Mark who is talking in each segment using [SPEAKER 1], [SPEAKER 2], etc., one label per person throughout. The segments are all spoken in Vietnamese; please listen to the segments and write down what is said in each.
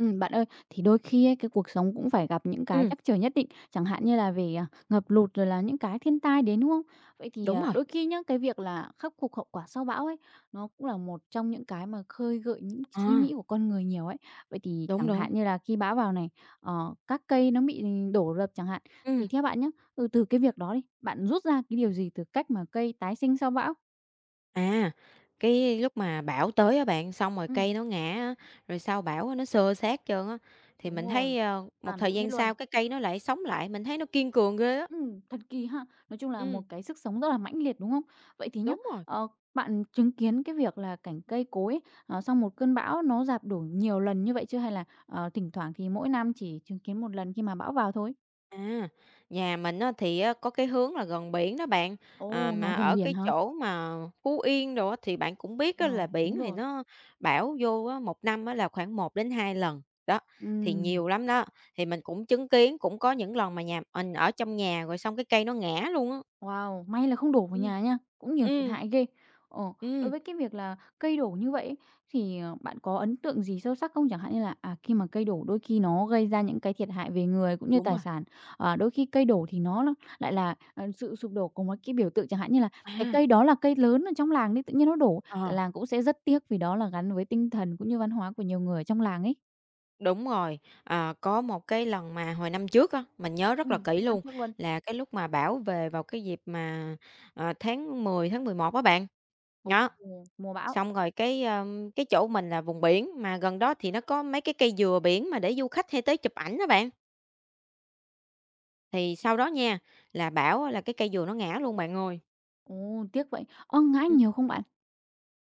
[SPEAKER 1] Bạn ơi, thì đôi khi ấy, cái cuộc sống cũng phải gặp những cái
[SPEAKER 2] Ừm,
[SPEAKER 1] trắc trở nhất định, chẳng hạn như là về, ngập lụt rồi là những cái thiên tai đến, đúng không? Vậy thì,
[SPEAKER 2] đúng rồi.
[SPEAKER 1] đôi khi nhá, cái việc là khắc phục hậu quả sau bão ấy, nó cũng là một trong những cái mà khơi gợi những
[SPEAKER 2] Ờ,
[SPEAKER 1] suy nghĩ của con người nhiều ấy. Vậy thì
[SPEAKER 2] đúng,
[SPEAKER 1] chẳng
[SPEAKER 2] đúng.
[SPEAKER 1] hạn như là khi bão vào này, các cây nó bị đổ rập chẳng hạn, thì
[SPEAKER 2] Ừm,
[SPEAKER 1] theo bạn nhá, từ cái việc đó đi, bạn rút ra cái điều gì từ cách mà cây tái sinh sau bão?
[SPEAKER 2] à, cái lúc mà bão tới á bạn, xong rồi
[SPEAKER 1] Ừm,
[SPEAKER 2] cây nó ngã á, rồi sau bão á nó xơ xác trơn á, thì
[SPEAKER 1] đúng
[SPEAKER 2] mình
[SPEAKER 1] rồi,
[SPEAKER 2] thấy, ơ, một
[SPEAKER 1] tàn
[SPEAKER 2] thời
[SPEAKER 1] lụi
[SPEAKER 2] gian
[SPEAKER 1] hết luôn.
[SPEAKER 2] sau cái cây nó lại sống lại, mình thấy nó kiên cường ghê á.
[SPEAKER 1] Thật kỳ ha! Nói chung là
[SPEAKER 2] Ừm,
[SPEAKER 1] một cái sức sống rất là mãnh liệt, đúng không? Vậy thì nhá,
[SPEAKER 2] đúng rồi.
[SPEAKER 1] ờ, bạn chứng kiến cái việc là cảnh cây cối ấy, sau một cơn bão nó rạp đổ nhiều lần như vậy chưa? Hay là, thỉnh thoảng thì mỗi năm chỉ chứng kiến một lần khi mà bão vào thôi?
[SPEAKER 2] À, nhà mình á thì á có cái hướng là gần biển đó bạn, à,
[SPEAKER 1] Ồ, nhà
[SPEAKER 2] mà
[SPEAKER 1] gần
[SPEAKER 2] ở
[SPEAKER 1] biển
[SPEAKER 2] cái
[SPEAKER 1] hả?
[SPEAKER 2] chỗ mà Phú Yên đồ á thì bạn cũng biết
[SPEAKER 1] Ờ,
[SPEAKER 2] á là biển
[SPEAKER 1] đúng
[SPEAKER 2] thì
[SPEAKER 1] rồi.
[SPEAKER 2] nó bão vô á, 1 năm á là khoảng một đến hai lần, đó, thì
[SPEAKER 1] Ừm.
[SPEAKER 2] nhiều lắm đó. Thì mình cũng chứng kiến, cũng có những lần mà nhà mình ở trong nhà rồi xong cái cây nó ngã luôn á.
[SPEAKER 1] Wow, may là không đổ vào
[SPEAKER 2] Ừm.
[SPEAKER 1] nhà nha, cũng nhiều thiệt
[SPEAKER 2] Ừm.
[SPEAKER 1] hại ghê. Ờ, đối
[SPEAKER 2] Ừm,
[SPEAKER 1] với cái việc là cây đổ như vậy ấy, thì, bạn có ấn tượng gì sâu sắc không? Chẳng hạn như là, khi mà cây đổ đôi khi nó gây ra những cái thiệt hại về người cũng như
[SPEAKER 2] đúng
[SPEAKER 1] tài
[SPEAKER 2] rồi.
[SPEAKER 1] sản, đôi khi cây đổ thì nó lại là, sự sụp đổ của một cái biểu tượng, chẳng hạn như là cái
[SPEAKER 2] À,
[SPEAKER 1] cây đó là cây lớn ở trong làng đi, tự nhiên nó đổ, cả
[SPEAKER 2] ờ.
[SPEAKER 1] làng cũng sẽ rất tiếc vì đó là gắn với tinh thần cũng như văn hóa của nhiều người ở trong làng ấy.
[SPEAKER 2] Đúng rồi, à, có một cái lần mà hồi năm trước á, mình nhớ rất là kỹ
[SPEAKER 1] Năm
[SPEAKER 2] luôn,
[SPEAKER 1] trước luôn.
[SPEAKER 2] là cái lúc mà bảo về vào cái dịp mà, tháng 10 tháng 11 á bạn.
[SPEAKER 1] Ồ,
[SPEAKER 2] Đó,
[SPEAKER 1] mùa bão.
[SPEAKER 2] xong rồi cái chỗ mình là vùng biển, mà gần đó thì nó có mấy cái cây dừa biển mà để du khách hay tới chụp ảnh đó bạn. Thì sau đó nha, là bảo á là cái cây dừa nó ngã luôn bạn ơi.
[SPEAKER 1] Ồ, tiếc vậy. Ơ, ngã nhiều không bạn?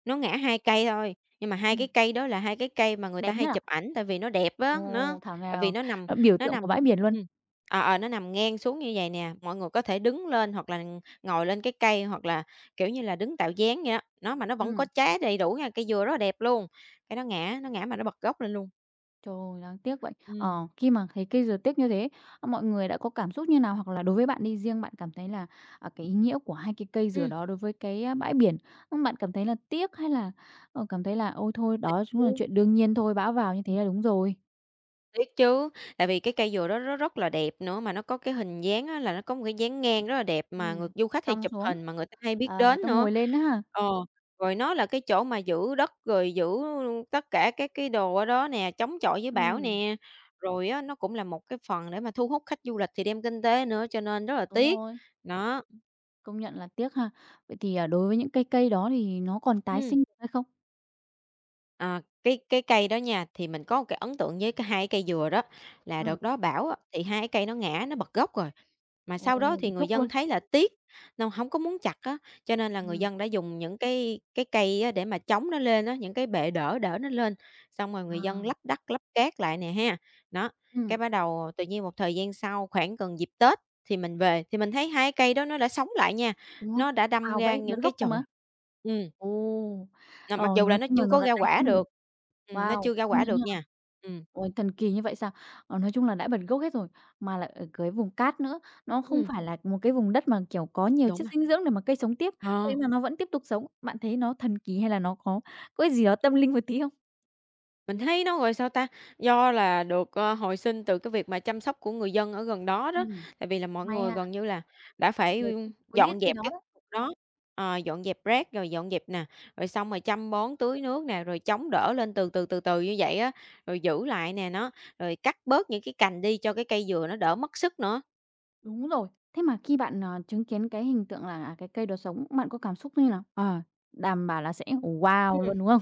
[SPEAKER 2] Nó ngã 2 cây thôi, nhưng mà hai cái
[SPEAKER 1] Ừm,
[SPEAKER 2] cây đó là 2 cái cây mà người ta
[SPEAKER 1] đẹp
[SPEAKER 2] hay
[SPEAKER 1] nhất à?
[SPEAKER 2] chụp ảnh tại vì nó đẹp á,
[SPEAKER 1] Ồ, thảo
[SPEAKER 2] tại vì
[SPEAKER 1] nào nó biểu
[SPEAKER 2] nó
[SPEAKER 1] tượng
[SPEAKER 2] nằm
[SPEAKER 1] của bãi biển luôn.
[SPEAKER 2] ừm, nó nằm ngang xuống như vầy nè, mọi người có thể đứng lên hoặc là ngồi lên cái cây hoặc là, kiểu như là, đứng tạo dáng vậy đó. Nó mà nó vẫn có
[SPEAKER 1] Ừm,
[SPEAKER 2] trái đầy đủ nha, cây dừa rất là đẹp luôn, cái nó ngã mà nó bật gốc lên luôn.
[SPEAKER 1] trời ơi, đáng tiếc vậy.
[SPEAKER 2] Ừm,
[SPEAKER 1] Ờ, khi mà thấy cây dừa tiếc như thế, mọi người đã có cảm xúc như nào? Hoặc là đối với bạn đi, riêng bạn cảm thấy là, cái ý nghĩa của hai cái cây dừa
[SPEAKER 2] ừm.
[SPEAKER 1] đó đối với cái, bãi biển, bạn cảm thấy là tiếc hay là, cảm thấy là "Ôi, thôi, đó cũng là chuyện đương nhiên thôi, bão vào như thế là đúng rồi."
[SPEAKER 2] Tiếc chứ, tại vì cái cây dừa đó nó rất là đẹp nữa, mà nó có cái hình dáng á là nó có một cái dáng ngang rất là đẹp mà người
[SPEAKER 1] Ừm,
[SPEAKER 2] du khách hay
[SPEAKER 1] cong
[SPEAKER 2] chụp
[SPEAKER 1] xuống,
[SPEAKER 2] hình mà người ta hay biết
[SPEAKER 1] người
[SPEAKER 2] đến
[SPEAKER 1] ta
[SPEAKER 2] nữa.
[SPEAKER 1] ngồi lên đó ha?
[SPEAKER 2] Ờ, rồi nó là cái chỗ mà giữ đất, rồi giữ tất cả các cái đồ ở đó nè, chống chọi với bão
[SPEAKER 1] Ừm,
[SPEAKER 2] nè, rồi á nó cũng là một cái phần để mà thu hút khách du lịch thì đem kinh tế nữa, cho nên rất là
[SPEAKER 1] đúng
[SPEAKER 2] tiếc.
[SPEAKER 1] rồi,
[SPEAKER 2] Đó,
[SPEAKER 1] công nhận là tiếc ha. Vậy thì, đối với những cây cây đó thì nó còn tái
[SPEAKER 2] ừm.
[SPEAKER 1] sinh được hay không?
[SPEAKER 2] Ờ, cái cây đó nha, thì mình có một cái ấn tượng với cái hai cây dừa đó, là
[SPEAKER 1] Ừm,
[SPEAKER 2] đợt đó bão á, thì hai cái cây nó ngã, nó bật gốc rồi. Mà sau đó
[SPEAKER 1] ồ,
[SPEAKER 2] thì
[SPEAKER 1] bị
[SPEAKER 2] người
[SPEAKER 1] thúc
[SPEAKER 2] dân
[SPEAKER 1] luôn.
[SPEAKER 2] thấy là tiếc, nên hổng có muốn chặt á, cho nên là người
[SPEAKER 1] Ừm.
[SPEAKER 2] dân đã dùng những cái cây á để mà chống nó lên á, những cái bệ đỡ đỡ nó lên, xong rồi người dân
[SPEAKER 1] À,
[SPEAKER 2] lấp đất, lấp cát lại nè ha. Đó, cái
[SPEAKER 1] ừm.
[SPEAKER 2] bắt đầu tự nhiên một thời gian sau, khoảng gần dịp Tết thì mình về, thì mình thấy hai cây đó nó đã sống lại nha,
[SPEAKER 1] Đúng không?
[SPEAKER 2] nó đã đâm
[SPEAKER 1] Ao
[SPEAKER 2] ra
[SPEAKER 1] vậy, bật
[SPEAKER 2] những cái
[SPEAKER 1] gốc rồi
[SPEAKER 2] chồi
[SPEAKER 1] mà.
[SPEAKER 2] ừ
[SPEAKER 1] Ồ,
[SPEAKER 2] là mặc dù là
[SPEAKER 1] nói
[SPEAKER 2] nó
[SPEAKER 1] chung là
[SPEAKER 2] chưa
[SPEAKER 1] nó
[SPEAKER 2] có
[SPEAKER 1] đã
[SPEAKER 2] ra
[SPEAKER 1] tái
[SPEAKER 2] quả
[SPEAKER 1] sinh rồi.
[SPEAKER 2] được, nó
[SPEAKER 1] Wow,
[SPEAKER 2] chưa ra
[SPEAKER 1] công
[SPEAKER 2] quả
[SPEAKER 1] nhận nha.
[SPEAKER 2] được nha. Ừm,
[SPEAKER 1] Ôi, thần kỳ như vậy sao? Ờ, nói chung là đã bật gốc hết rồi, mà lại ở cái vùng cát nữa, nó không
[SPEAKER 2] ừm,
[SPEAKER 1] phải là một cái vùng đất mà, kiểu, có nhiều
[SPEAKER 2] đúng
[SPEAKER 1] chất
[SPEAKER 2] rồi.
[SPEAKER 1] dinh dưỡng để mà cây sống tiếp,
[SPEAKER 2] Ờ,
[SPEAKER 1] vậy mà nó vẫn tiếp tục sống. Bạn thấy nó thần kỳ hay là nó có cái gì đó tâm linh một tí không?
[SPEAKER 2] mình thấy nó, gọi sao ta, do là được, hồi sinh từ cái việc mà chăm sóc của người dân ở gần đó đó,
[SPEAKER 1] Ừm.
[SPEAKER 2] tại vì là mọi
[SPEAKER 1] May
[SPEAKER 2] người
[SPEAKER 1] ha,
[SPEAKER 2] gần như là đã
[SPEAKER 1] mọi
[SPEAKER 2] phải,
[SPEAKER 1] người
[SPEAKER 2] ưm,
[SPEAKER 1] cũng quý cái
[SPEAKER 2] dọn
[SPEAKER 1] cây
[SPEAKER 2] dẹp
[SPEAKER 1] đó
[SPEAKER 2] cái
[SPEAKER 1] đấy.
[SPEAKER 2] khu vực đó, ờ, dọn dẹp rác rồi dọn dẹp nè, rồi xong rồi chăm bón tưới nước nè, rồi chống đỡ lên từ từ, từ từ như vậy á, rồi giữ lại nè, rồi cắt bớt những cái cành đi cho cái cây dừa nó đỡ mất sức nữa.
[SPEAKER 1] Đúng rồi. Thế mà khi bạn, chứng kiến cái hình tượng là, cái cây đó sống, bạn có cảm xúc như nào? Ờ, đảm bảo là sẽ "Wow"
[SPEAKER 2] Ừm.
[SPEAKER 1] luôn, đúng không?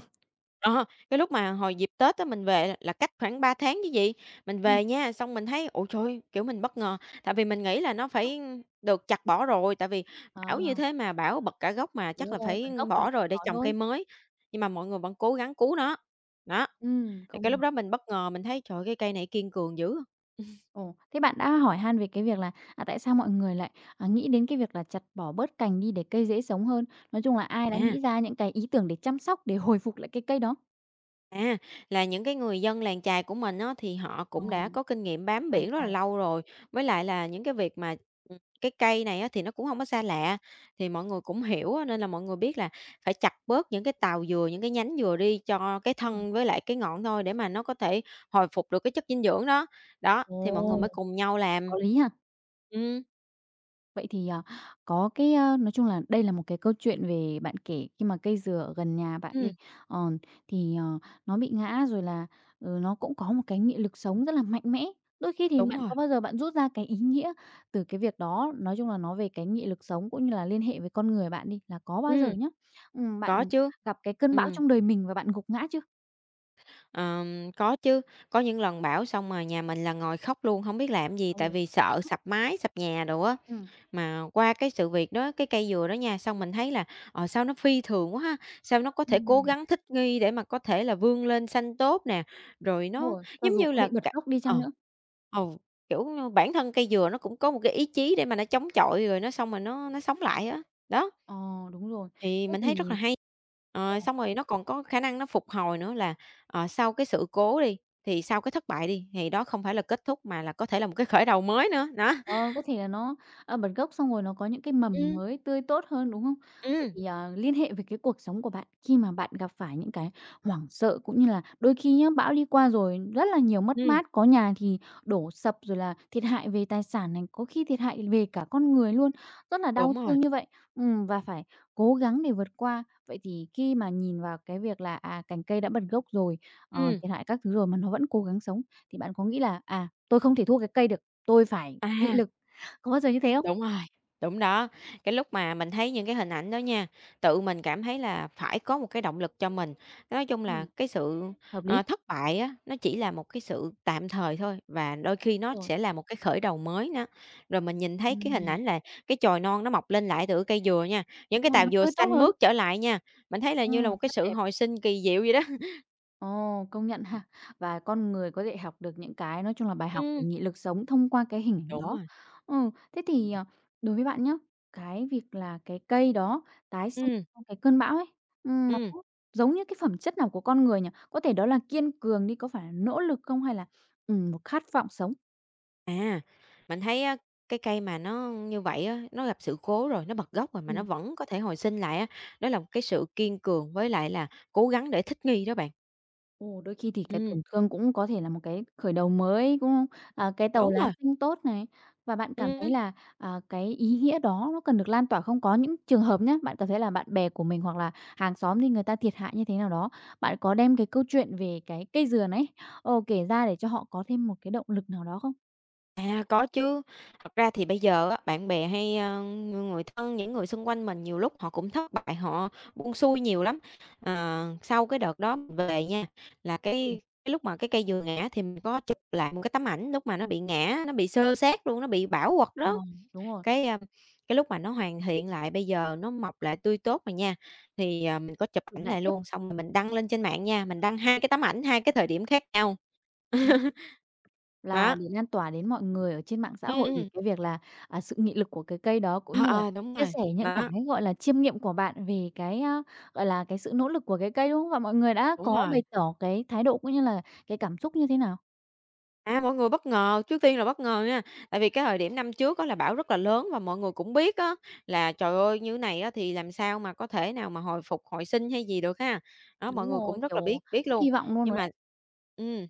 [SPEAKER 2] Ờ, cái lúc mà hồi dịp Tết á, mình về là cách khoảng 3 tháng chứ gì. Mình
[SPEAKER 1] Ừm,
[SPEAKER 2] về nha, xong mình thấy, ôi trời ơi, kiểu, mình bất ngờ, tại vì mình nghĩ là nó
[SPEAKER 1] sốc.
[SPEAKER 2] phải được chặt bỏ rồi, tại vì
[SPEAKER 1] Ờ,
[SPEAKER 2] bão như thế mà bão bật cả gốc mà chắc
[SPEAKER 1] đúng
[SPEAKER 2] là
[SPEAKER 1] rồi, bật
[SPEAKER 2] phải
[SPEAKER 1] gốc thì
[SPEAKER 2] bỏ
[SPEAKER 1] chật
[SPEAKER 2] rồi để
[SPEAKER 1] bỏ
[SPEAKER 2] trồng cây
[SPEAKER 1] thôi.
[SPEAKER 2] mới, nhưng mà mọi người vẫn cố gắng cứu nó. Đó, thì
[SPEAKER 1] Không
[SPEAKER 2] cái lúc
[SPEAKER 1] hợp.
[SPEAKER 2] đó mình bất ngờ, mình thấy, trời ơi, cái cây này kiên cường dữ.
[SPEAKER 1] Ồ, thế bạn đã hỏi han về cái việc là, tại sao mọi người lại, nghĩ đến cái việc là chặt bỏ bớt cành đi để cây dễ sống hơn? Nói chung là ai đã
[SPEAKER 2] À.
[SPEAKER 1] nghĩ ra những cái ý tưởng để chăm sóc, để hồi phục lại cái cây đó?
[SPEAKER 2] À, là những cái người dân làng chài của mình á, thì họ
[SPEAKER 1] Ờ,
[SPEAKER 2] cũng đã có kinh nghiệm bám
[SPEAKER 1] giàn
[SPEAKER 2] biển rất là
[SPEAKER 1] trải.
[SPEAKER 2] lâu rồi, với lại là những cái việc mà, cái cây này á, thì nó cũng không có xa lạ, thì mọi người cũng hiểu á, nên là mọi người biết là phải chặt bớt những cái tàu dừa, những cái nhánh dừa đi cho cái
[SPEAKER 1] Ừm.
[SPEAKER 2] thân với lại cái ngọn thôi để mà nó có thể hồi phục được cái chất dinh dưỡng đó. Đó, thì mọi người mới
[SPEAKER 1] Ồ!
[SPEAKER 2] cùng nhau làm.
[SPEAKER 1] Có lý ha?
[SPEAKER 2] Ừm,
[SPEAKER 1] Vậy thì, có cái, nói chung là đây là một cái câu chuyện về bạn kể khi mà cây dừa ở gần nhà bạn
[SPEAKER 2] ừm,
[SPEAKER 1] đi, ờ, thì, nó bị ngã rồi là, nó cũng có một cái nghị lực sống rất là mạnh mẽ. Đôi khi thì
[SPEAKER 2] đúng
[SPEAKER 1] bạn
[SPEAKER 2] rồi,
[SPEAKER 1] có bao giờ bạn rút ra cái ý nghĩa từ cái việc đó, nói chung là nó về cái nghị lực sống cũng như là liên hệ với con người bạn đi, là có bao giờ
[SPEAKER 2] ừm,
[SPEAKER 1] nhá, bạn
[SPEAKER 2] có chứ.
[SPEAKER 1] gặp cái cơn bão
[SPEAKER 2] Ừm.
[SPEAKER 1] trong đời mình và bạn gục ngã chưa?
[SPEAKER 2] Có chứ, có những lần bão xong mà nhà mình là ngồi khóc luôn, không biết làm gì
[SPEAKER 1] Ồ.
[SPEAKER 2] tại vì sợ sập mái, sập nhà đồ á.
[SPEAKER 1] Ừm.
[SPEAKER 2] Mà qua cái sự việc đó, cái cây dừa đó nha, xong mình thấy là, sao nó phi thường quá ha, sao nó có thể cố
[SPEAKER 1] Ừm.
[SPEAKER 2] gắng thích nghi để mà có thể là vươn lên xanh tốt nè, rồi
[SPEAKER 1] Đúng
[SPEAKER 2] nó
[SPEAKER 1] rồi, cho
[SPEAKER 2] giống
[SPEAKER 1] dù
[SPEAKER 2] như
[SPEAKER 1] có
[SPEAKER 2] là
[SPEAKER 1] bị bật khóc đi chăng
[SPEAKER 2] ờ,
[SPEAKER 1] nữa.
[SPEAKER 2] ừ, kiểu, như bản thân cây dừa nó cũng có một cái ý chí để mà nó chống chọi rồi nó xong mà nó sống lại á, đó.
[SPEAKER 1] Ờ, đúng rồi.
[SPEAKER 2] Thì
[SPEAKER 1] Thế
[SPEAKER 2] mình thấy rất là
[SPEAKER 1] thì.
[SPEAKER 2] hay. Ờ, xong rồi nó còn có khả năng nó phục hồi nữa là, ờ, sau cái sự cố đi, thì sau cái thất bại đi, thì đó không phải là kết thúc mà là có thể là một cái khởi đầu mới nữa, đó.
[SPEAKER 1] Ờ, có thể là nó, bật gốc xong rồi nó có những cái mầm
[SPEAKER 2] Ừm.
[SPEAKER 1] mới tươi tốt hơn, đúng không? Vậy
[SPEAKER 2] Ừm,
[SPEAKER 1] thì, liên hệ với cái cuộc sống của bạn, khi mà bạn gặp phải những cái hoảng sợ cũng như là đôi khi nhá, bão đi qua rồi rất là nhiều mất
[SPEAKER 2] ừm,
[SPEAKER 1] mát, có nhà thì đổ sập rồi là thiệt hại về tài sản này, có khi thiệt hại về cả con người luôn, rất là
[SPEAKER 2] đúng
[SPEAKER 1] đau
[SPEAKER 2] rồi,
[SPEAKER 1] thương như vậy, và phải cố gắng để vượt qua. Vậy thì khi mà nhìn vào cái việc là, cành cây đã bật gốc rồi,
[SPEAKER 2] ừm,
[SPEAKER 1] thiệt hại các thứ rồi mà nó vẫn cố gắng sống, thì bạn có nghĩ là "À, tôi không thể thua cái cây được." Tôi phải nghị lực.
[SPEAKER 2] à.
[SPEAKER 1] Có bao giờ như thế không?
[SPEAKER 2] Đúng rồi, đúng đó. Cái lúc mà mình thấy những cái hình ảnh đó nha, tự mình cảm thấy là phải có một cái động lực cho mình. Nói chung là
[SPEAKER 1] Ừm.
[SPEAKER 2] cái sự,
[SPEAKER 1] Hợp lý,
[SPEAKER 2] ờ, thất bại á, nó chỉ là một cái sự tạm thời thôi và đôi khi nó
[SPEAKER 1] rồi.
[SPEAKER 2] sẽ là một cái khởi đầu mới nữa. Rồi mình nhìn thấy cái hình
[SPEAKER 1] Ừm.
[SPEAKER 2] ảnh là cái chồi non nó mọc lên lại từ cây dừa nha, những
[SPEAKER 1] Đúng
[SPEAKER 2] cái
[SPEAKER 1] rồi,
[SPEAKER 2] tàu
[SPEAKER 1] nó
[SPEAKER 2] dừa
[SPEAKER 1] tươi tốt
[SPEAKER 2] xanh
[SPEAKER 1] hơn.
[SPEAKER 2] mướt trở lại nha, mình thấy là như là
[SPEAKER 1] Ừm.
[SPEAKER 2] một cái
[SPEAKER 1] Rất
[SPEAKER 2] sự
[SPEAKER 1] đẹp.
[SPEAKER 2] hồi sinh kỳ diệu vậy đó.
[SPEAKER 1] Ồ, công nhận ha. Và con người có thể học được những cái nói chung là bài học về
[SPEAKER 2] Ừm,
[SPEAKER 1] nghị lực sống thông qua cái hình ảnh
[SPEAKER 2] đúng
[SPEAKER 1] đó.
[SPEAKER 2] rồi,
[SPEAKER 1] Ừ, thế thì, đối với bạn nhá, cái việc là cái cây đó tái sinh
[SPEAKER 2] ừm,
[SPEAKER 1] sau cái cơn bão ấy, nó
[SPEAKER 2] ừm.
[SPEAKER 1] giống như cái phẩm chất nào của con người nhỉ? Có thể đó là kiên cường đi, có phải là nỗ lực không hay là, một khát vọng sống?
[SPEAKER 2] À, mình thấy á, cái cây mà nó như vậy á, nó gặp sự cố rồi, nó bật gốc rồi mà nó
[SPEAKER 1] Ừm.
[SPEAKER 2] vẫn có thể hồi sinh lại á, đó là một cái sự kiên cường với lại là cố gắng để thích nghi đó bạn.
[SPEAKER 1] Ồ, đôi khi thì cái
[SPEAKER 2] Ừm,
[SPEAKER 1] tổn thương cũng có thể là một cái khởi đầu mới, đúng không? À, cái tàu
[SPEAKER 2] đúng
[SPEAKER 1] lá
[SPEAKER 2] rồi,
[SPEAKER 1] xanh tốt này và bạn cảm thấy
[SPEAKER 2] ừm.
[SPEAKER 1] là, cái ý nghĩa đó nó cần được lan tỏa không? Có những trường hợp nhé bạn cảm thấy là bạn bè của mình hoặc là hàng xóm thì người ta thiệt hại như thế nào đó, bạn có đem cái câu chuyện về cái cây dừa này, kể ra để cho họ có thêm một cái động lực nào đó không?
[SPEAKER 2] À, có chứ. Thật ra thì bây giờ á, bạn bè hay, ơ, người thân, những người xung quanh mình nhiều lúc họ cũng thất bại, họ buông xuôi nhiều lắm. Ờ, sau cái đợt đó mình về nha, là
[SPEAKER 1] Ừ.
[SPEAKER 2] cái lúc mà cái cây vừa ngã thì mình có chụp lại một cái tấm ảnh lúc mà nó bị ngã, nó bị xơ xác luôn, nó bị bảo quật
[SPEAKER 1] Ờ,
[SPEAKER 2] đó.
[SPEAKER 1] đúng rồi,
[SPEAKER 2] Cái, a, cái lúc mà nó hoàn thiện lại bây giờ nó mọc lại tươi tốt rồi nha, thì, à, mình có chụp
[SPEAKER 1] chụp
[SPEAKER 2] ảnh
[SPEAKER 1] lại.
[SPEAKER 2] lại luôn, xong rồi mình đăng lên trên mạng nha, mình đăng 2 cái tấm ảnh, 2 cái thời điểm khác nhau.
[SPEAKER 1] Ừm. Là
[SPEAKER 2] Đó,
[SPEAKER 1] để lan tỏa đến mọi người ở trên mạng xã
[SPEAKER 2] ừm,
[SPEAKER 1] hội về
[SPEAKER 2] ừm,
[SPEAKER 1] cái việc là, sự nghị lực của cái cây đó, cũng
[SPEAKER 2] ờ,
[SPEAKER 1] như là
[SPEAKER 2] ờ, đúng
[SPEAKER 1] chia
[SPEAKER 2] rồi,
[SPEAKER 1] sẻ những cái,
[SPEAKER 2] đó,
[SPEAKER 1] gọi là, chiêm nghiệm của bạn về cái, gọi là, cái sự nỗ lực của cái cây, đúng không? Và mọi người đã
[SPEAKER 2] đúng
[SPEAKER 1] có
[SPEAKER 2] rồi.
[SPEAKER 1] bày tỏ cái thái độ cũng như là cái cảm xúc như thế nào?
[SPEAKER 2] À, mọi người bất ngờ, trước tiên là bất ngờ nha, tại vì cái thời điểm năm trước á là bão rất là lớn và mọi người cũng biết á là, trời ơi, như này á thì làm sao mà có thể nào mà hồi phục, hồi sinh hay gì được ha. Đó, mọi
[SPEAKER 1] Đúng
[SPEAKER 2] người cũng
[SPEAKER 1] rồi,
[SPEAKER 2] rất là biết
[SPEAKER 1] kiểu,
[SPEAKER 2] biết
[SPEAKER 1] hết
[SPEAKER 2] luôn,
[SPEAKER 1] hy vọng luôn
[SPEAKER 2] nhưng
[SPEAKER 1] rồi
[SPEAKER 2] mà
[SPEAKER 1] đấy.
[SPEAKER 2] ừm,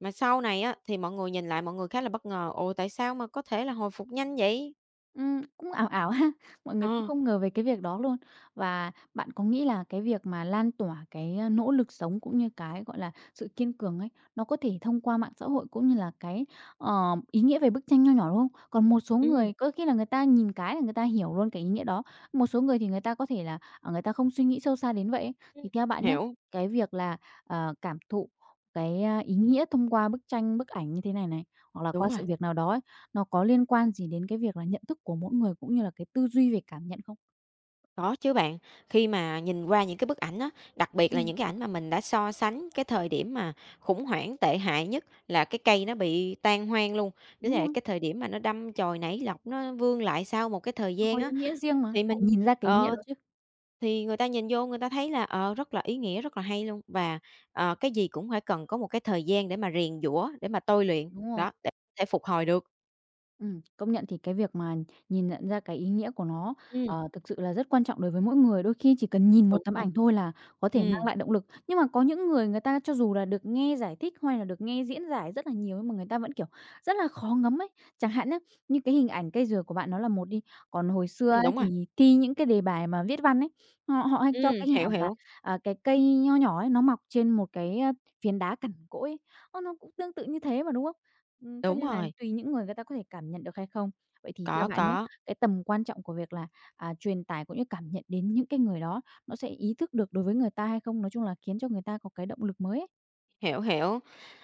[SPEAKER 2] sau này á thì mọi người nhìn lại mọi người khá là bất ngờ, "Ồ, tại sao mà có thể là hồi phục nhanh vậy?"
[SPEAKER 1] Cũng ảo ảo ha, mọi người cũng
[SPEAKER 2] Ờ,
[SPEAKER 1] không ngờ về cái việc đó luôn. Và bạn có nghĩ là cái việc mà lan tỏa cái, nỗ lực sống cũng như cái, gọi là, sự kiên cường ấy, nó có thể thông qua mạng xã hội cũng như là cái, ý nghĩa về bức tranh nho nhỏ, đúng không? Còn một số
[SPEAKER 2] ừm,
[SPEAKER 1] người có khi là người ta nhìn cái là người ta hiểu luôn cái ý nghĩa đó, một số người thì người ta có thể là, người ta không suy nghĩ sâu xa đến vậy ấy. Thì theo bạn nhé
[SPEAKER 2] hiểu,
[SPEAKER 1] cái việc là, cảm thụ cái, ý nghĩa thông qua bức tranh, bức ảnh như thế này này, hoặc là
[SPEAKER 2] đúng
[SPEAKER 1] qua
[SPEAKER 2] rồi.
[SPEAKER 1] sự việc nào đó nó có liên quan gì đến cái việc là nhận thức của mỗi người cũng như là cái tư duy về cảm nhận không?
[SPEAKER 2] Có chứ bạn, khi mà nhìn qua những cái bức ảnh á, đặc biệt là
[SPEAKER 1] Ừm,
[SPEAKER 2] những cái ảnh mà mình đã so sánh cái thời điểm mà khủng hoảng tệ hại nhất là cái cây nó bị tan hoang luôn, với
[SPEAKER 1] đúng
[SPEAKER 2] lại
[SPEAKER 1] rồi,
[SPEAKER 2] cái thời điểm mà nó đâm chồi nảy lọc, nó vương lại sau một cái thời
[SPEAKER 1] nó có
[SPEAKER 2] gian
[SPEAKER 1] ý
[SPEAKER 2] á,
[SPEAKER 1] nghĩa riêng mà.
[SPEAKER 2] thì
[SPEAKER 1] Phải
[SPEAKER 2] mình
[SPEAKER 1] nhìn ra cái ý nghĩa
[SPEAKER 2] ờ,
[SPEAKER 1] đó chứ.
[SPEAKER 2] thì người ta nhìn vô người ta thấy là, ờ, rất là ý nghĩa, rất là hay luôn. Và, ờ, cái gì cũng phải cần có một cái thời gian để mà rèn giũa, để mà tôi luyện,
[SPEAKER 1] Đúng rồi.
[SPEAKER 2] đó, để có thể phục hồi được.
[SPEAKER 1] Công nhận thì cái việc mà nhìn nhận ra cái ý nghĩa của nó,
[SPEAKER 2] Ừm,
[SPEAKER 1] thực sự là rất quan trọng đối với mỗi người. Đôi khi chỉ cần nhìn
[SPEAKER 2] đúng
[SPEAKER 1] một tấm
[SPEAKER 2] rồi.
[SPEAKER 1] ảnh thôi là có thể mang
[SPEAKER 2] Ừm,
[SPEAKER 1] lại động lực. Nhưng mà có những người người ta cho dù là được nghe giải thích hay là được nghe diễn giải rất là nhiều nhưng mà người ta vẫn, kiểu, rất là khó ngấm ấy. Chẳng hạn nhá, như cái hình ảnh cây dừa của bạn nó là một đi, còn hồi xưa ấy
[SPEAKER 2] đúng rồi,
[SPEAKER 1] thì thi những cái đề bài mà viết văn ấy, họ họ hay cho
[SPEAKER 2] ừm,
[SPEAKER 1] cái hình
[SPEAKER 2] hiểu,
[SPEAKER 1] ảnh là,
[SPEAKER 2] hiểu,
[SPEAKER 1] cái cây nho nhỏ ấy, nó mọc trên một cái, phiến đá cằn cỗi ấy. Ơ, nó cũng tương tự như thế mà, đúng không? Cho
[SPEAKER 2] đúng
[SPEAKER 1] nên là
[SPEAKER 2] rồi.
[SPEAKER 1] tùy những người người ta có thể cảm nhận được hay không. Vậy thì theo bạn nhé,
[SPEAKER 2] Có,
[SPEAKER 1] cái tầm quan trọng của việc là, truyền tải cũng như cảm nhận đến những cái người đó, nó sẽ ý thức được đối với người ta hay không? Nói chung là khiến cho người ta có cái động lực mới ấy.
[SPEAKER 2] hiểu, hiểu.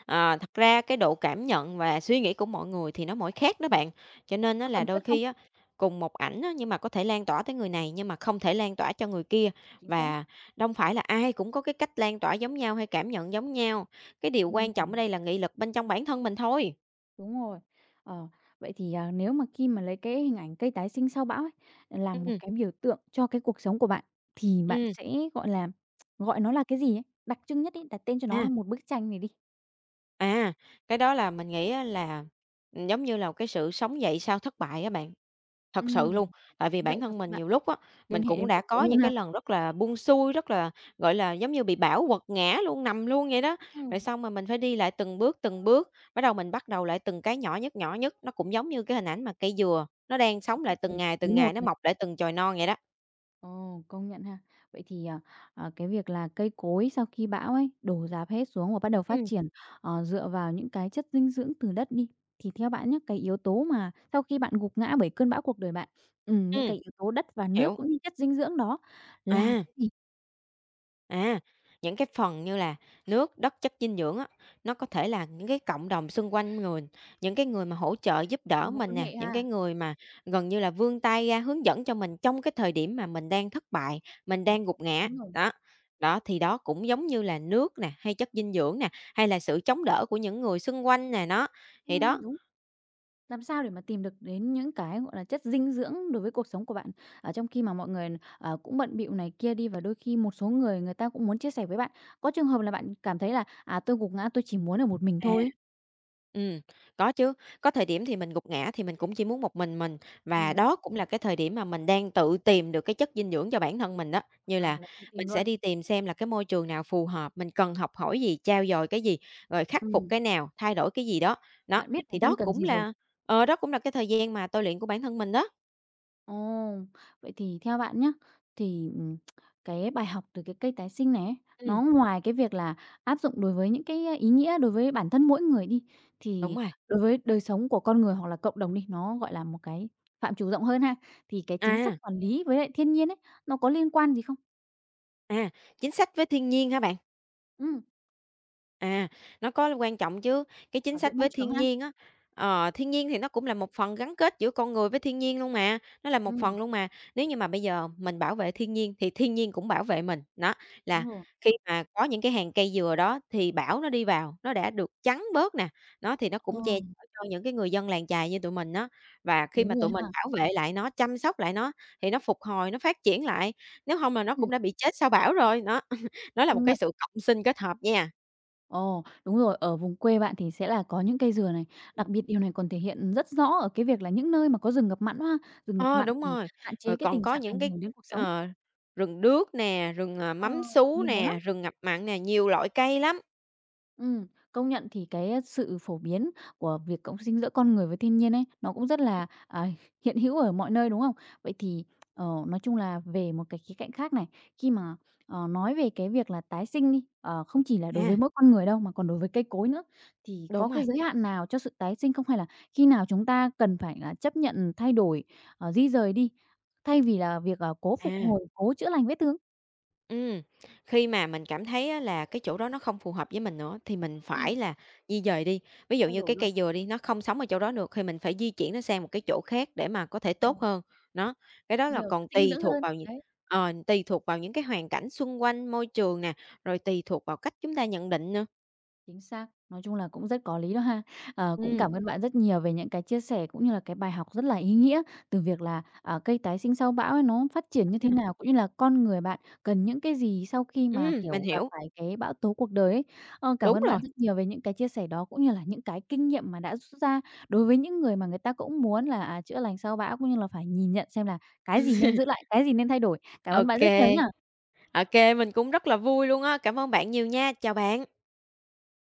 [SPEAKER 2] Thật ra cái độ cảm nhận và suy nghĩ của mọi người thì nó mỗi khác đó
[SPEAKER 1] Ừm.
[SPEAKER 2] bạn, cho nên á
[SPEAKER 1] Nó
[SPEAKER 2] là
[SPEAKER 1] cần thiết
[SPEAKER 2] đôi
[SPEAKER 1] không?
[SPEAKER 2] khi á, cùng một ảnh á, nhưng mà có thể lan tỏa tới người này nhưng mà không thể lan tỏa cho người kia,
[SPEAKER 1] Chính xác.
[SPEAKER 2] và đâu phải là ai cũng có cái cách lan tỏa giống nhau hay cảm nhận giống nhau. Cái điều quan trọng ở
[SPEAKER 1] Ừm,
[SPEAKER 2] đây là nghị lực bên trong bản thân mình thôi.
[SPEAKER 1] đúng rồi. Ờ, vậy thì, nếu mà khi mà lấy cái hình ảnh cây tái sinh sau bão ấy, làm một
[SPEAKER 2] Ừ,
[SPEAKER 1] cái biểu tượng cho cái cuộc sống của bạn, thì bạn
[SPEAKER 2] ừm,
[SPEAKER 1] sẽ, gọi là, gọi nó là cái gì ấy? Đặc trưng nhất ấy, đặt tên cho nó là
[SPEAKER 2] à.
[SPEAKER 1] một bức tranh này đi.
[SPEAKER 2] À, cái đó là mình nghĩ á là, ừ, giống như là một cái sự sống dậy sau thất bại á bạn, thật sự
[SPEAKER 1] Ừm.
[SPEAKER 2] luôn. Tại vì
[SPEAKER 1] Sống dậy
[SPEAKER 2] bản
[SPEAKER 1] sau
[SPEAKER 2] thân
[SPEAKER 1] cơn
[SPEAKER 2] mình
[SPEAKER 1] bão.
[SPEAKER 2] nhiều lúc á, mình
[SPEAKER 1] Liên hệ
[SPEAKER 2] cũng
[SPEAKER 1] đến
[SPEAKER 2] đã
[SPEAKER 1] cuộc sống
[SPEAKER 2] có
[SPEAKER 1] luôn
[SPEAKER 2] những cái
[SPEAKER 1] ha?
[SPEAKER 2] lần rất là buông xuôi, rất là, gọi là, giống như bị bão quật ngã luôn, nằm luôn vậy đó. Rồi
[SPEAKER 1] Ừm.
[SPEAKER 2] xong mà mình phải đi lại từng bước, bắt đầu mình bắt đầu lại từng cái nhỏ nhất, nó cũng giống như cái hình ảnh mà cây dừa, nó đang
[SPEAKER 1] Nó
[SPEAKER 2] sống
[SPEAKER 1] phát
[SPEAKER 2] lại
[SPEAKER 1] triển từ tí
[SPEAKER 2] từng ngày,
[SPEAKER 1] một
[SPEAKER 2] nó
[SPEAKER 1] này.
[SPEAKER 2] mọc lại từng chồi non vậy đó.
[SPEAKER 1] Ồ, công nhận ha. Vậy thì, cái việc là cây cối sau khi bão ấy, đổ rạp hết xuống và bắt đầu phát
[SPEAKER 2] Ừm,
[SPEAKER 1] triển, dựa vào những cái chất dinh dưỡng từ đất đi, thì theo bạn nhá, cái yếu tố mà sau khi bạn gục ngã bởi cơn bão cuộc đời bạn, những
[SPEAKER 2] ừm,
[SPEAKER 1] cái yếu tố đất và nước
[SPEAKER 2] hiểu.
[SPEAKER 1] cũng như chất dinh dưỡng đó là
[SPEAKER 2] À.
[SPEAKER 1] cái gì?
[SPEAKER 2] À, những cái phần như là nước, đất, chất dinh dưỡng á, nó có thể là những cái cộng đồng xung quanh người những cái người mà hỗ trợ giúp
[SPEAKER 1] Cái
[SPEAKER 2] đỡ
[SPEAKER 1] mối
[SPEAKER 2] mình
[SPEAKER 1] quan
[SPEAKER 2] nè,
[SPEAKER 1] hệ
[SPEAKER 2] những cái
[SPEAKER 1] ha?
[SPEAKER 2] người mà gần như là vươn tay ra hướng dẫn cho mình trong cái thời điểm mà mình đang thất bại, mình
[SPEAKER 1] Ồ,
[SPEAKER 2] đang gục ngã.
[SPEAKER 1] đúng rồi.
[SPEAKER 2] Đó. Đó thì đó cũng giống như là nước nè, hay chất dinh dưỡng nè, hay là sự chống đỡ của những người xung quanh nè, nó. Thì đó
[SPEAKER 1] Đúng. Làm sao để mà tìm được đến những cái, gọi là, chất dinh dưỡng đối với cuộc sống của bạn, ở trong khi mà mọi người, cũng bận bịu này kia đi và đôi khi một số người người ta cũng muốn chia sẻ với bạn. Có trường hợp là bạn cảm thấy là, tôi gục ngã, tôi chỉ muốn ở một mình
[SPEAKER 2] à.
[SPEAKER 1] thôi ấy.
[SPEAKER 2] Ừm, có chứ. Có thời điểm thì mình gục ngã thì mình cũng chỉ muốn một mình, và
[SPEAKER 1] Ừm,
[SPEAKER 2] đó cũng là cái thời điểm mà mình đang tự tìm được cái chất dinh dưỡng cho bản thân mình đó. Như
[SPEAKER 1] wow,
[SPEAKER 2] là
[SPEAKER 1] là không
[SPEAKER 2] mình
[SPEAKER 1] tìm
[SPEAKER 2] sẽ
[SPEAKER 1] luôn.
[SPEAKER 2] đi tìm xem là cái môi trường nào phù hợp, mình cần học hỏi gì, trau dồi cái gì, rồi khắc phục
[SPEAKER 1] Ừm,
[SPEAKER 2] cái nào, thay đổi cái gì đó. Đó,
[SPEAKER 1] bạn biết
[SPEAKER 2] thì
[SPEAKER 1] bản
[SPEAKER 2] đó
[SPEAKER 1] thân cần
[SPEAKER 2] cũng
[SPEAKER 1] gì rồi.
[SPEAKER 2] là đó cũng là cái thời gian mà tôi luyện của bản thân mình đó.
[SPEAKER 1] Ồ, vậy thì theo bạn nhé, thì, cái bài học từ cái cây tái sinh này ấy,
[SPEAKER 2] Ừm,
[SPEAKER 1] nó ngoài cái việc là áp dụng đối với những cái ý nghĩa đối với bản thân mỗi người đi,
[SPEAKER 2] đúng
[SPEAKER 1] thì
[SPEAKER 2] rồi.
[SPEAKER 1] đối với đời sống của con người hoặc là cộng đồng đi, nó, gọi là, một cái phạm trù rộng hơn ha, thì cái chính sách
[SPEAKER 2] À,
[SPEAKER 1] quản lý với lại thiên nhiên ấy, nó có liên quan gì không?
[SPEAKER 2] à, chính sách với thiên nhiên hả bạn?
[SPEAKER 1] Ừm,
[SPEAKER 2] À, nó có quan trọng chứ, cái chính
[SPEAKER 1] bảo vệ
[SPEAKER 2] sách
[SPEAKER 1] môi
[SPEAKER 2] với
[SPEAKER 1] trường
[SPEAKER 2] thiên
[SPEAKER 1] ha.
[SPEAKER 2] nhiên á, thiên nhiên thì nó cũng là một phần gắn kết giữa con người với thiên nhiên luôn mà, nó là một
[SPEAKER 1] Ừm,
[SPEAKER 2] phần luôn mà. Nếu như mà bây giờ mình bảo vệ thiên nhiên thì thiên nhiên cũng bảo vệ mình. Đó, là
[SPEAKER 1] đúng rồi.
[SPEAKER 2] khi mà có những cái hàng cây dừa đó thì bão nó đi vào, nó đã được chắn bớt nè, nó thì nó
[SPEAKER 1] Ờ,
[SPEAKER 2] cũng che chở cho những cái người dân làng chài như tụi mình đó. Và khi mà
[SPEAKER 1] đúng
[SPEAKER 2] tụi
[SPEAKER 1] rồi
[SPEAKER 2] mình
[SPEAKER 1] ha.
[SPEAKER 2] bảo vệ lại nó, chăm sóc lại nó thì nó phục hồi, nó phát triển lại, nếu không là nó cũng
[SPEAKER 1] Ừm,
[SPEAKER 2] đã bị chết sau bão rồi. Đó, nó là một
[SPEAKER 1] công
[SPEAKER 2] cái
[SPEAKER 1] nhận.
[SPEAKER 2] sự cộng sinh kết hợp nha.
[SPEAKER 1] Ồ, đúng rồi, ở vùng quê bạn thì sẽ là có những cây dừa này. Đặc biệt điều này còn thể hiện rất rõ ở cái việc là những nơi mà có rừng ngập mặn ha. Rừng ngập
[SPEAKER 2] Ờ,
[SPEAKER 1] mặn
[SPEAKER 2] đúng
[SPEAKER 1] thì
[SPEAKER 2] rồi.
[SPEAKER 1] hạn
[SPEAKER 2] Rồi
[SPEAKER 1] chế cái
[SPEAKER 2] còn
[SPEAKER 1] tình
[SPEAKER 2] có
[SPEAKER 1] trạng
[SPEAKER 2] những
[SPEAKER 1] ảnh
[SPEAKER 2] cái,
[SPEAKER 1] hưởng đến cuộc sống.
[SPEAKER 2] ờ, rừng đước nè, rừng, à,
[SPEAKER 1] Ờ,
[SPEAKER 2] mắm sú
[SPEAKER 1] nhiều lắm.
[SPEAKER 2] nè, rừng ngập mặn nè, nhiều loại cây lắm.
[SPEAKER 1] Công nhận thì cái sự phổ biến của việc cộng sinh giữa con người với thiên nhiên ấy, nó cũng rất là, hiện hữu ở mọi nơi, đúng không? Vậy thì, nói chung là về một cái khía cạnh khác này, khi mà, nói về cái việc là tái sinh đi, ờ, không chỉ là đối với
[SPEAKER 2] À,
[SPEAKER 1] mỗi con người đâu mà còn đối với cây cối nữa, thì có
[SPEAKER 2] đúng rồi,
[SPEAKER 1] cái giới hạn nào cho sự tái sinh không? Hay là khi nào chúng ta cần phải là chấp nhận thay đổi, di rời đi, thay vì là việc, cố phục
[SPEAKER 2] à,
[SPEAKER 1] hồi, cố chữa lành vết thương?
[SPEAKER 2] ừm, khi mà mình cảm thấy á là cái chỗ đó nó không phù hợp với mình nữa thì mình phải
[SPEAKER 1] Ừm,
[SPEAKER 2] là di dời đi. Ví dụ
[SPEAKER 1] thay
[SPEAKER 2] như
[SPEAKER 1] đổi
[SPEAKER 2] cái
[SPEAKER 1] luôn,
[SPEAKER 2] cây dừa đi, nó không sống ở chỗ đó được thì mình phải di chuyển nó sang một cái chỗ khác để mà có thể tốt
[SPEAKER 1] ừm,
[SPEAKER 2] hơn. Nó cái đó là
[SPEAKER 1] nhiều
[SPEAKER 2] còn
[SPEAKER 1] chất dinh
[SPEAKER 2] tùy
[SPEAKER 1] dưỡng
[SPEAKER 2] thuộc
[SPEAKER 1] hơn,
[SPEAKER 2] vào những
[SPEAKER 1] đấy.
[SPEAKER 2] tùy thuộc vào những cái hoàn cảnh xung quanh, môi trường nè, rồi tùy thuộc vào cách chúng ta nhận định nữa.
[SPEAKER 1] Chính xác, nói chung là cũng rất có lý đó ha. Ờ, cũng
[SPEAKER 2] Ừm,
[SPEAKER 1] cảm ơn bạn rất nhiều về những cái chia sẻ cũng như là cái bài học rất là ý nghĩa từ việc là, cây tái sinh sau bão ấy nó phát triển như thế
[SPEAKER 2] ừm,
[SPEAKER 1] nào, cũng như là con người bạn cần những cái gì sau khi mà,
[SPEAKER 2] mình
[SPEAKER 1] kiểu, gặp
[SPEAKER 2] hiểu.
[SPEAKER 1] phải cái bão tố cuộc đời ấy. Ờ, cảm
[SPEAKER 2] Đúng
[SPEAKER 1] ơn
[SPEAKER 2] rồi,
[SPEAKER 1] bạn rất nhiều về những cái chia sẻ đó, cũng như là những cái kinh nghiệm mà đã rút ra đối với những người mà người ta cũng muốn là, chữa lành sau bão, cũng như là phải nhìn nhận xem là cái gì nên giữ lại, cái gì nên thay đổi. Cảm
[SPEAKER 2] ok
[SPEAKER 1] ơn
[SPEAKER 2] ok
[SPEAKER 1] bạn rất nhiều nhá.
[SPEAKER 2] mình cũng rất là vui luôn á. Cảm ơn bạn nhiều nha, chào bạn.